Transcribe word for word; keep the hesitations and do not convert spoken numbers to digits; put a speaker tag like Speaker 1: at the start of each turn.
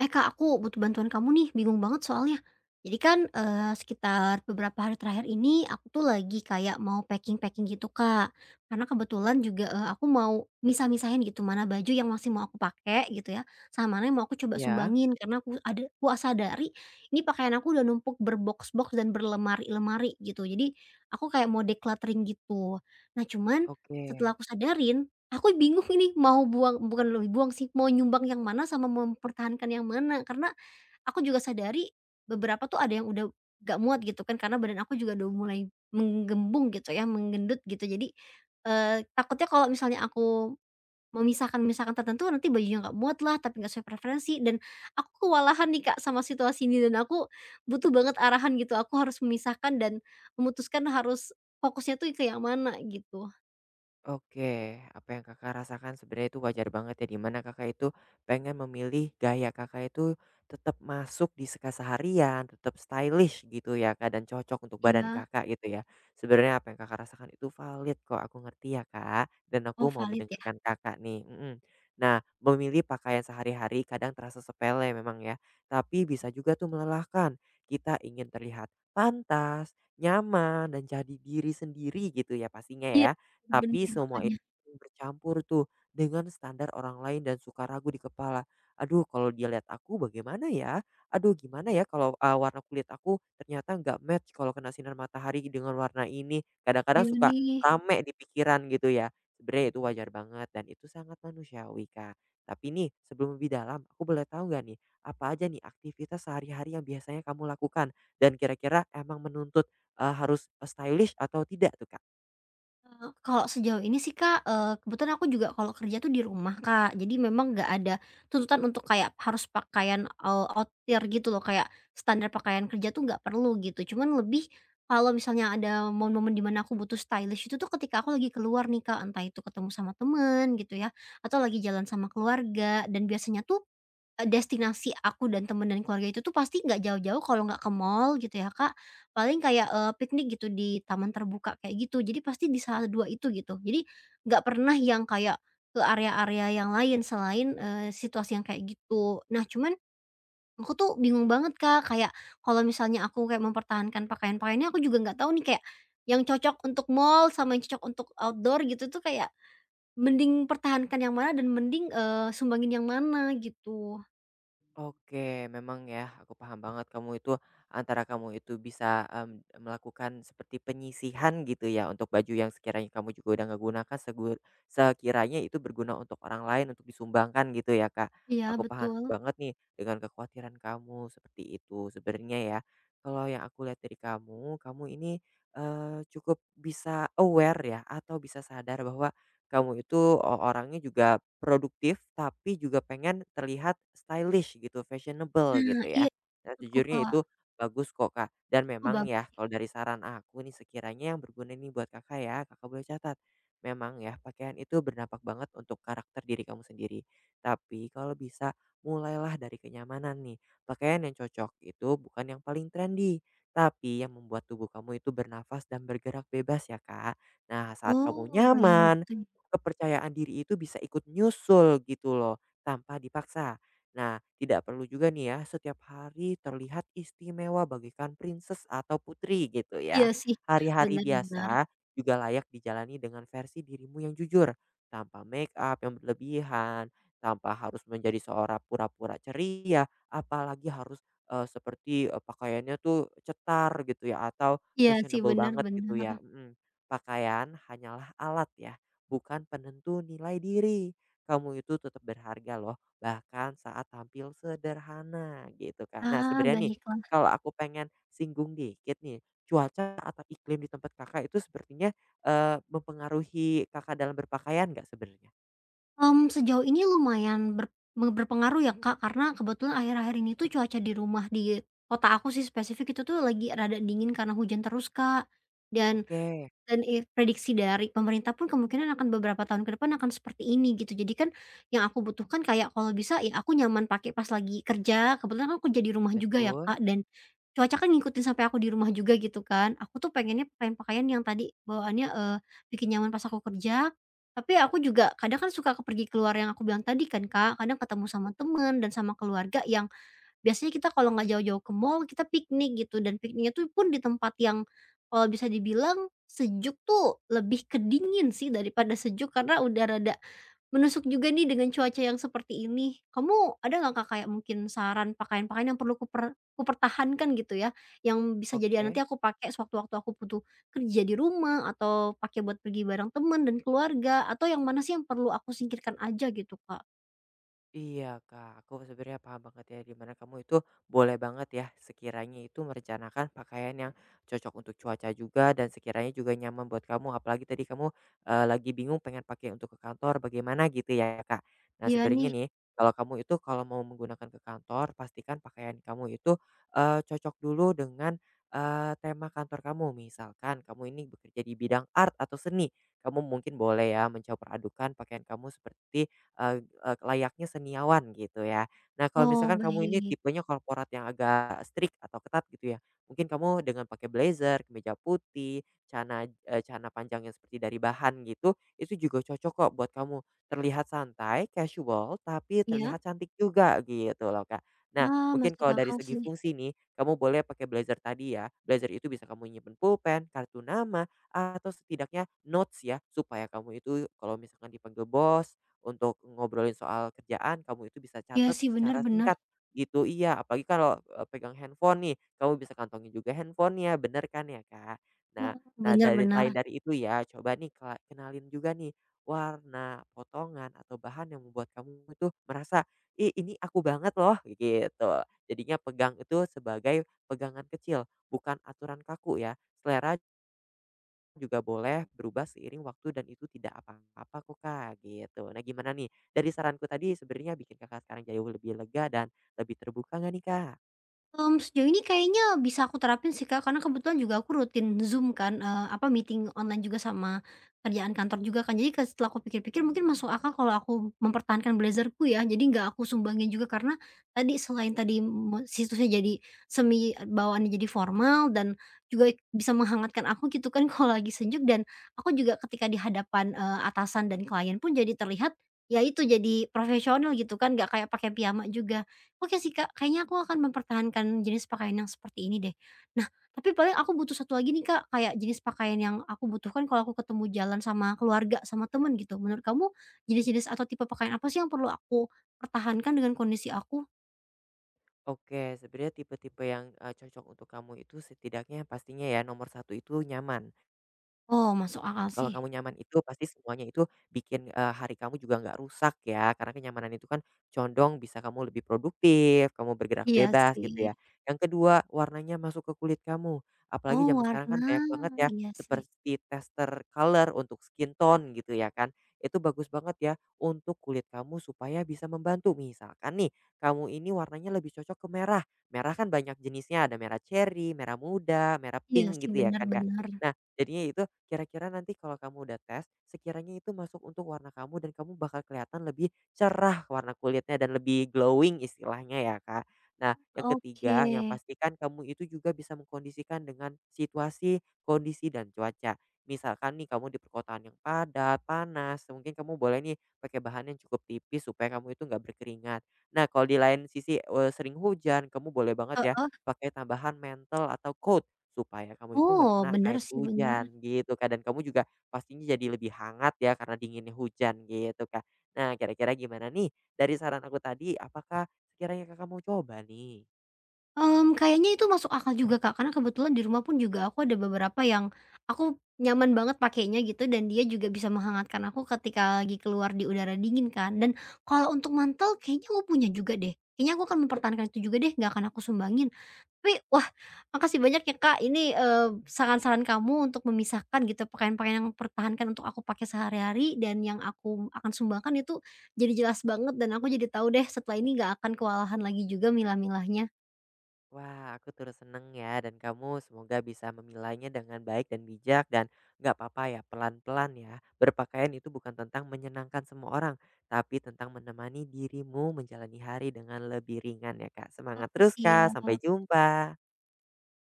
Speaker 1: Eh Kak, aku butuh bantuan kamu nih, bingung banget soalnya. Jadi kan, eee, sekitar beberapa hari terakhir ini aku tuh lagi kayak mau packing-packing gitu Kak. Karena kebetulan juga, eee, aku mau misah-misahin gitu, mana baju yang masih mau aku pakai gitu ya, sama mana yang mau aku coba
Speaker 2: Iya,
Speaker 1: sumbangin. Karena aku ada aku sadari ini pakaian aku udah numpuk berbox-box dan berlemari-lemari gitu. Jadi aku kayak mau decluttering gitu. Nah cuman setelah
Speaker 2: oke.
Speaker 1: aku sadarin, aku bingung ini mau buang bukan lebih buang sih, mau nyumbang yang mana sama mempertahankan yang mana. Karena aku juga sadari beberapa tuh ada yang udah gak muat gitu kan, karena badan aku juga udah mulai menggembung gitu ya, menggendut gitu. Jadi, eee, takutnya kalau misalnya aku memisahkan-misahkan tertentu nanti bajunya nggak muat lah, tapi nggak sesuai preferensi dan aku kewalahan nih Kak sama situasi ini dan aku butuh banget arahan gitu. Aku harus memisahkan dan memutuskan harus fokusnya tuh ke yang mana gitu.
Speaker 2: Oke, apa yang Kakak rasakan sebenarnya itu wajar banget ya, dimana Kakak itu pengen memilih gaya Kakak itu tetap masuk di keseharian, tetap stylish gitu ya Kak, dan cocok untuk badan
Speaker 1: Iya.
Speaker 2: Kakak gitu ya. Sebenarnya apa yang Kakak rasakan itu valid kok, aku ngerti ya Kak, dan aku
Speaker 1: Oh
Speaker 2: mau
Speaker 1: valid ya?
Speaker 2: mendengarkan Kakak nih, mhm. Nah, memilih pakaian sehari-hari kadang terasa sepele memang ya, tapi bisa juga tuh melelahkan. Kita ingin terlihat pantas, nyaman, dan jadi diri sendiri gitu ya pastinya
Speaker 1: Iya,
Speaker 2: ya.
Speaker 1: bener
Speaker 2: Tapi semua
Speaker 1: makanya.
Speaker 2: itu bercampur tuh dengan standar orang lain dan suka ragu di kepala. Aduh kalau dia lihat aku bagaimana ya? Aduh gimana ya kalau, eee, warna kulit aku ternyata nggak match kalau kena sinar matahari dengan warna ini. Kadang-kadang suka
Speaker 1: Gimana
Speaker 2: rame di pikiran gitu ya. Sebenarnya itu wajar banget dan itu sangat manusiawi, Kak. Tapi nih sebelum lebih dalam aku boleh tahu nggak nih, apa aja nih aktivitas sehari-hari yang biasanya kamu lakukan dan kira-kira emang menuntut, eee, harus ah, stylish atau tidak tuh, Kak?
Speaker 1: eee, kalau sejauh ini sih Kak, eee, kebetulan aku juga kalau kerja tuh di rumah Kak, jadi memang nggak ada tuntutan untuk kayak harus pakaian, eee, outer gitu loh, kayak standar pakaian kerja tuh nggak perlu gitu, cuman lebih kalau misalnya ada momen-momen di mana aku butuh stylish itu tuh ketika aku lagi keluar nih Kak, entah itu ketemu sama temen gitu ya, atau lagi jalan sama keluarga dan biasanya tuh Eee, destinasi aku dan temen dan keluarga itu tuh pasti nggak jauh-jauh kalau nggak ke mall gitu ya, Kak, paling kayak, eee, piknik gitu di taman terbuka kayak gitu. Jadi pasti di salah dua itu gitu. Jadi nggak pernah yang kayak ke area-area yang lain selain, eee, situasi yang kayak gitu. Nah cuman aku tuh bingung banget, Kak, kayak kalau misalnya aku kayak mempertahankan pakaian-pakaiannya aku juga nggak tahu nih kayak yang cocok untuk mall sama yang cocok untuk outdoor gitu tuh kayak mending pertahankan yang mana dan mending, eee, sumbangin yang mana gitu.
Speaker 2: Oke, memang ya, aku paham banget kamu itu antara kamu itu bisa, mmm, melakukan seperti penyisihan gitu ya untuk baju yang sekiranya kamu juga udah nggak gunakan segur sekiranya itu berguna untuk orang lain untuk disumbangkan gitu ya, Kak.
Speaker 1: Iya
Speaker 2: Aku paham
Speaker 1: betul.
Speaker 2: banget nih dengan kekhawatiran kamu seperti itu. Sebenarnya ya, kalau yang aku lihat dari kamu, kamu ini, eee, cukup bisa aware ya atau bisa sadar bahwa kamu itu o orangnya juga produktif, tapi juga pengen terlihat stylish gitu, fashionable
Speaker 1: Nah,
Speaker 2: gitu
Speaker 1: iya
Speaker 2: ya. Nah,
Speaker 1: maksudku,
Speaker 2: sejujurnya
Speaker 1: Kak.
Speaker 2: itu bagus kok, Kak. Dan
Speaker 1: Oh bag
Speaker 2: memang ya kalau dari saran aku nih sekiranya yang berguna nih buat Kakak ya, Kakak boleh catat. Memang ya pakaian itu berdampak banget untuk karakter diri kamu sendiri. Tapi kalau bisa mulailah dari kenyamanan nih. Pakaian yang cocok itu bukan yang paling trendy, tapi yang membuat tubuh kamu itu bernafas dan bergerak bebas ya, Kak. Nah, saat kamu
Speaker 1: oh yang
Speaker 2: nyaman,
Speaker 1: gitu ya.
Speaker 2: kepercayaan diri itu bisa ikut nyusul gitu loh, tanpa dipaksa. Nah, tidak perlu juga nih ya setiap hari terlihat istimewa bagaikan princess atau putri gitu
Speaker 1: Iya
Speaker 2: ya.
Speaker 1: sih,
Speaker 2: Hari-hari
Speaker 1: benar bener.
Speaker 2: biasa juga layak dijalani dengan versi dirimu yang jujur, tanpa make up yang berlebihan, tanpa harus menjadi seorang pura-pura ceria, apalagi harus, eee, seperti, eee, pakaiannya tuh cetar gitu ya atau
Speaker 1: Iya sih,
Speaker 2: fashionable
Speaker 1: benar
Speaker 2: banget gitu
Speaker 1: bener.
Speaker 2: ya, mhm. Pakaian hanyalah alat ya bukan penentu nilai diri. Kamu itu tetap berharga loh, bahkan saat tampil sederhana gitu Kak. Nah
Speaker 1: Ah,
Speaker 2: sebenarnya nih,
Speaker 1: baiklah.
Speaker 2: kalau aku pengen singgung dikit nih, cuaca atau iklim di tempat Kakak itu sepertinya, eee, mempengaruhi Kakak dalam berpakaian nggak sebenarnya?
Speaker 1: Mmm, sejauh ini lumayan ber me berpengaruh ya, Kak, karena kebetulan akhir-akhir ini tuh cuaca di rumah di kota aku sih spesifik itu tuh lagi rada dingin karena hujan terus, Kak, dan
Speaker 2: Oke,
Speaker 1: Dan i prediksi dari pemerintah pun kemungkinan akan beberapa tahun ke depan akan seperti ini gitu. Jadi kan yang aku butuhkan kayak kalau bisa ya aku nyaman pakai pas lagi kerja, kebetulan kan aku kerja di rumah juga ya
Speaker 2: betul,
Speaker 1: Kak, dan cuaca kan ngikutin sampai aku di rumah juga gitu kan. Aku tuh pengennya pakaian-pakaian yang tadi bawaannya, eh bikin nyaman pas aku kerja, tapi aku juga kadang kan suka ke pergi keluar yang aku bilang tadi kan Kak, kadang ketemu sama temen dan sama keluarga yang biasanya kita kalau nggak jauh-jauh ke mall, kita piknik gitu dan pikniknya tuh pun di tempat yang kalau bisa dibilang sejuk tuh lebih ke dingin sih daripada sejuk karena udah rada menusuk juga nih dengan cuaca yang seperti ini. Kamu ada nggak Kak, kayak mungkin saran pakaian-pakaian yang perlu kuper kupertahankan gitu ya, yang bisa jadi "Ah, nanti
Speaker 2: oke.
Speaker 1: aku pakai sewaktu-waktu aku butuh kerja di rumah atau pakai buat pergi bareng temen dan keluarga, atau yang mana sih yang perlu aku singkirkan aja gitu, Kak?"
Speaker 2: Iya Kak, aku sebenarnya paham banget ya, dimana kamu itu boleh banget ya, sekiranya itu merencanakan pakaian yang cocok untuk cuaca juga dan sekiranya juga nyaman buat kamu. Apalagi tadi kamu, eee, lagi bingung pengen pakai untuk ke kantor bagaimana gitu ya Kak. Nah
Speaker 1: Iya nih.
Speaker 2: sebenarnya nih, kalau kamu itu kalau mau menggunakan ke kantor, pastikan pakaian kamu itu, eee, cocok dulu dengan, eee, tema kantor kamu. Misalkan kamu ini bekerja di bidang art atau seni, kamu mungkin boleh ya mencoba adukan pakaian kamu seperti eee eee, layaknya seniawan gitu ya. Nah kalau
Speaker 1: Oh,
Speaker 2: misalkan kamu ini
Speaker 1: baik.
Speaker 2: tipenya korporat yang agak strict atau ketat gitu ya, mungkin kamu dengan pakai blazer, kemeja putih, cana eee, celana panjang yang seperti dari bahan gitu, itu juga cocok kok buat kamu. Terlihat santai, casual, tapi
Speaker 1: Iya?
Speaker 2: terlihat cantik juga gitu loh, Kak. Nah
Speaker 1: Ah,
Speaker 2: mungkin
Speaker 1: masuk
Speaker 2: kalau dari
Speaker 1: akal
Speaker 2: segi
Speaker 1: sih.
Speaker 2: fungsi nih, kamu boleh pakai blazer tadi ya, blazer itu bisa kamu nyimpen pulpen, kartu nama, atau setidaknya notes ya, supaya kamu itu kalau misalkan dipanggil bos untuk ngobrolin soal kerjaan, kamu itu bisa
Speaker 1: Iya
Speaker 2: catat
Speaker 1: sih, bener
Speaker 2: secara
Speaker 1: bener.
Speaker 2: singkat gitu. Iya, apalagi kalau, eee, pegang handphone nih, kamu bisa kantongin juga handphonenya, bener kan ya, Kak?
Speaker 1: Eee,
Speaker 2: Nah nah
Speaker 1: bener
Speaker 2: dari
Speaker 1: bener.
Speaker 2: lain dari itu ya, coba nih ka kenalin juga nih warna, potongan, atau bahan yang membuat kamu itu merasa, "Ih, ini aku banget loh," gitu. Jadinya pegang itu sebagai pegangan kecil, bukan aturan kaku ya. Selera juga boleh berubah seiring waktu dan itu tidak apa-apa kok, Kak, gitu. Nah, gimana nih, dari saranku tadi sebenarnya bikin Kakak sekarang jauh lebih lega dan lebih terbuka nggak nih, Kak?
Speaker 1: Mmm, sejauh ini kayaknya bisa aku terapin sih, Kak, karena kebetulan juga aku rutin Zoom kan, eee, apa, meeting online juga sama kerjaan kantor juga kan. Jadi, ke setelah aku pikir-pikir mungkin masuk akal kalau aku mempertahankan blazerku ya, jadi nggak aku sumbangin juga karena tadi selain tadi me situsnya jadi semi, bawaannya jadi formal dan juga bisa menghangatkan aku gitu kan kalau lagi sejuk, dan aku juga ketika di hadapan, eee, atasan dan klien pun jadi terlihat, ya itu, jadi profesional gitu kan, nggak kayak pakai piyama juga. Oke sih, Kak, kayaknya aku akan mempertahankan jenis pakaian yang seperti ini deh. Nah, tapi paling aku butuh satu lagi nih, Kak, kayak jenis pakaian yang aku butuhkan kalau aku ketemu jalan sama keluarga, sama temen gitu. Menurut kamu jenis-jenis atau tipe pakaian apa sih yang perlu aku pertahankan dengan kondisi aku?
Speaker 2: Oke, sebenarnya tipe-tipe yang, eee, cocok untuk kamu itu setidaknya pastinya ya nomor satu itu nyaman.
Speaker 1: Oh, masuk akal
Speaker 2: Kalau
Speaker 1: sih.
Speaker 2: kamu nyaman itu pasti semuanya itu bikin, eee, hari kamu juga nggak rusak ya, karena kenyamanan itu kan condong bisa kamu lebih produktif, kamu bergerak
Speaker 1: Iya
Speaker 2: bebas
Speaker 1: sih.
Speaker 2: gitu ya. Yang kedua, warnanya masuk ke kulit kamu,
Speaker 1: Oh,
Speaker 2: apalagi zaman sekarang kan
Speaker 1: warna.
Speaker 2: banyak banget ya
Speaker 1: Iya sih.
Speaker 2: seperti tester color untuk skin tone gitu ya kan. Itu bagus banget ya untuk kulit kamu supaya bisa membantu. Misalkan nih, kamu ini warnanya lebih cocok ke merah, merah kan banyak jenisnya ada merah cherry merah muda, merah
Speaker 1: Iya
Speaker 2: pink
Speaker 1: sih,
Speaker 2: gitu ya kan, Kak.
Speaker 1: benar-benar.
Speaker 2: Nah jadinya itu kira-kira nanti kalau kamu udah tes, sekiranya itu masuk untuk warna kamu dan kamu bakal kelihatan lebih cerah warna kulitnya dan lebih glowing istilahnya ya, Kak. Nah, yang
Speaker 1: Oke.
Speaker 2: ketiga, yang pastikan kamu itu juga bisa mengkondisikan dengan situasi, kondisi, dan cuaca. Misalkan nih kamu di perkotaan yang padat, panas, mungkin kamu boleh nih pakai bahan yang cukup tipis supaya kamu itu nggak berkeringat. Nah, kalau di lain sisi eh, sering hujan, kamu boleh banget ya
Speaker 1: Heeh.
Speaker 2: pakai tambahan mantel atau coat supaya kamu itu nggak
Speaker 1: Oh,
Speaker 2: kena
Speaker 1: benar
Speaker 2: air
Speaker 1: sih, benar.
Speaker 2: hujan gitu, Kak, dan kamu juga pastinya jadi lebih hangat ya karena dinginnya hujan gitu, Kak. Nah kira-kira gimana nih dari saran aku tadi apakah sekiranya Kakak mau coba nih?
Speaker 1: Mmm, kayaknya itu masuk akal juga, Kak, karena kebetulan di rumah pun juga aku ada beberapa yang aku nyaman banget pakainya gitu dan dia juga bisa menghangatkan aku ketika lagi keluar di udara dingin kan. Dan kalau untuk mantel kayaknya aku punya juga deh, kayaknya aku akan mempertahankan itu juga deh, nggak akan aku sumbangin. Tapi wah, makasih banyak ya, Kak, ini, eee, saran-saran kamu untuk memisahkan gitu pakaian-pakaian yang mempertahankan untuk aku pakai sehari-hari dan yang aku akan sumbangkan itu jadi jelas banget dan aku jadi tahu deh setelah ini nggak akan kewalahan lagi juga milah-milahnya.
Speaker 2: Wah aku turut seneng ya dan kamu semoga bisa memilainya dengan baik dan bijak dan nggak apa-apa ya pelan-pelan ya. Berpakaian itu bukan tentang menyenangkan semua orang, tapi tentang menemani dirimu menjalani hari dengan lebih ringan ya, Kak.
Speaker 1: Ah,
Speaker 2: Semangat terus, Kak, sampai
Speaker 1: siap.
Speaker 2: jumpa.